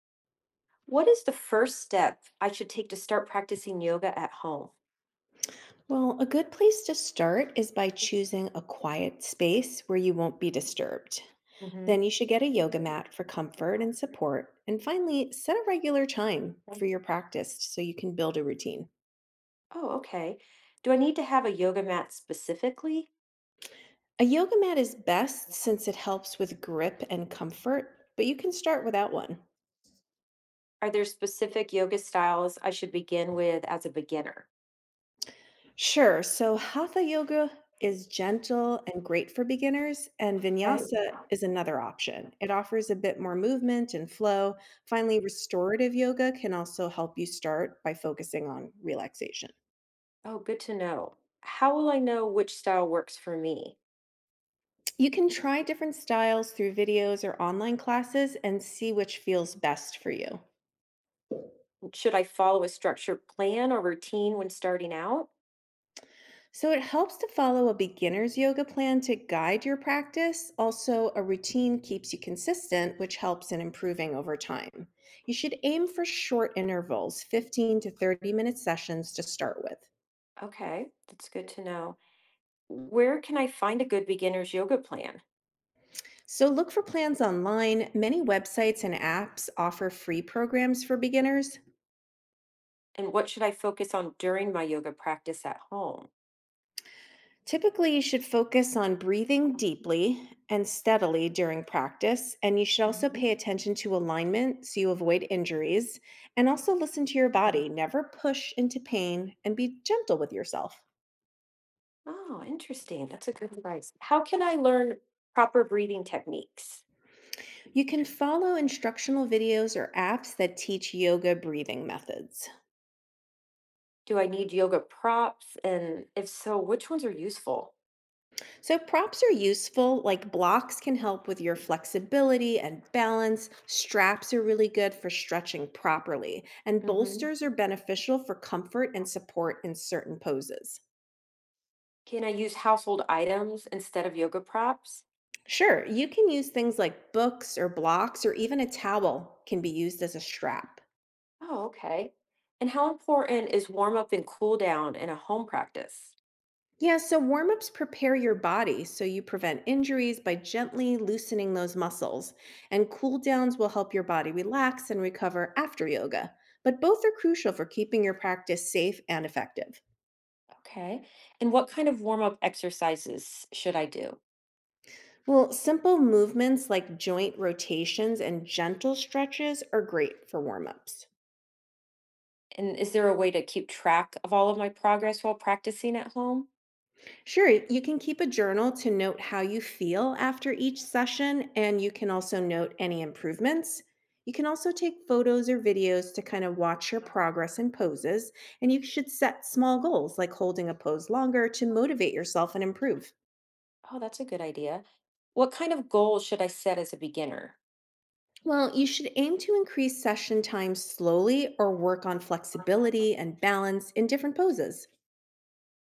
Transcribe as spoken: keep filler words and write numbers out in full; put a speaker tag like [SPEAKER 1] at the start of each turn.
[SPEAKER 1] What is the first step I should take to start practicing yoga at home?
[SPEAKER 2] Well, a good place to start is by choosing a quiet space where you won't be disturbed. Then
[SPEAKER 1] Hmm.
[SPEAKER 2] you should get a yoga mat for comfort and support. And finally, set a regular time for your practice so you can build a routine.
[SPEAKER 1] Oh, okay. Do I need to have a yoga mat specifically?
[SPEAKER 2] A yoga mat is best since it helps with grip and comfort, but you can start without one.
[SPEAKER 1] Are there specific yoga styles I should begin with as a beginner?
[SPEAKER 2] Sure. So hatha yoga is gentle and great for beginners, and
[SPEAKER 1] Okay.
[SPEAKER 2] vinyasa is another option. It offers a bit more movement and flow. Finally, restorative yoga can also help you start by focusing on relaxation.
[SPEAKER 1] Oh, good to know. How will I know which style works for me?
[SPEAKER 2] You can try different styles through videos or online classes and see which feels best for you.
[SPEAKER 1] Should I follow a structured plan or routine when starting out?
[SPEAKER 2] So it helps to follow a beginner's yoga plan to guide your practice. Also, a routine keeps you consistent, which helps in improving over time. You should aim for short intervals, fifteen to thirty minute sessions to start with.
[SPEAKER 1] Okay, that's good to know. Where can I find a good beginner's yoga plan?
[SPEAKER 2] So look for plans online. Many websites and apps offer free programs for beginners.
[SPEAKER 1] And what should I focus on during my yoga practice at home?
[SPEAKER 2] Typically, you should focus on breathing deeply and steadily during practice, and you should also
[SPEAKER 1] Mhm.
[SPEAKER 2] pay attention to alignment so you avoid injuries. And also listen to your body, never push into pain, and be gentle with yourself.
[SPEAKER 1] Oh, interesting. That's a good advice. How can I learn proper breathing techniques?
[SPEAKER 2] You can follow instructional videos or apps that teach yoga breathing methods.
[SPEAKER 1] Do I need yoga props? And if so, which ones are useful?
[SPEAKER 2] So props are useful, like blocks can help with your flexibility and balance. Straps are really good for stretching properly, and bolsters
[SPEAKER 1] Hmm.
[SPEAKER 2] are beneficial for comfort and support in certain poses.
[SPEAKER 1] Can I use household items instead of yoga props?
[SPEAKER 2] Sure, you can use things like books or blocks, or even a towel can be used as a strap.
[SPEAKER 1] Oh, okay. And how important is warm up and cool down in a home practice?
[SPEAKER 2] Yeah, so warm ups prepare your body so you prevent injuries by gently loosening those muscles. And cool downs will help your body relax and recover after yoga. But both are crucial for keeping your practice safe and effective.
[SPEAKER 1] Okay. And what kind of warm up exercises should I do?
[SPEAKER 2] Well, simple movements like joint rotations and gentle stretches are great for warm ups.
[SPEAKER 1] And is there a way to keep track of all of my progress while practicing at home?
[SPEAKER 2] Sure, you can keep a journal to note how you feel after each session, and you can also note any improvements. You can also take photos or videos to kind of watch your progress in poses, and you should set small goals like holding a pose longer to motivate yourself and improve.
[SPEAKER 1] Oh, that's a good idea. What kind of goals should I set as a beginner?
[SPEAKER 2] Well, you should aim to increase session time slowly or work on flexibility and balance in different poses.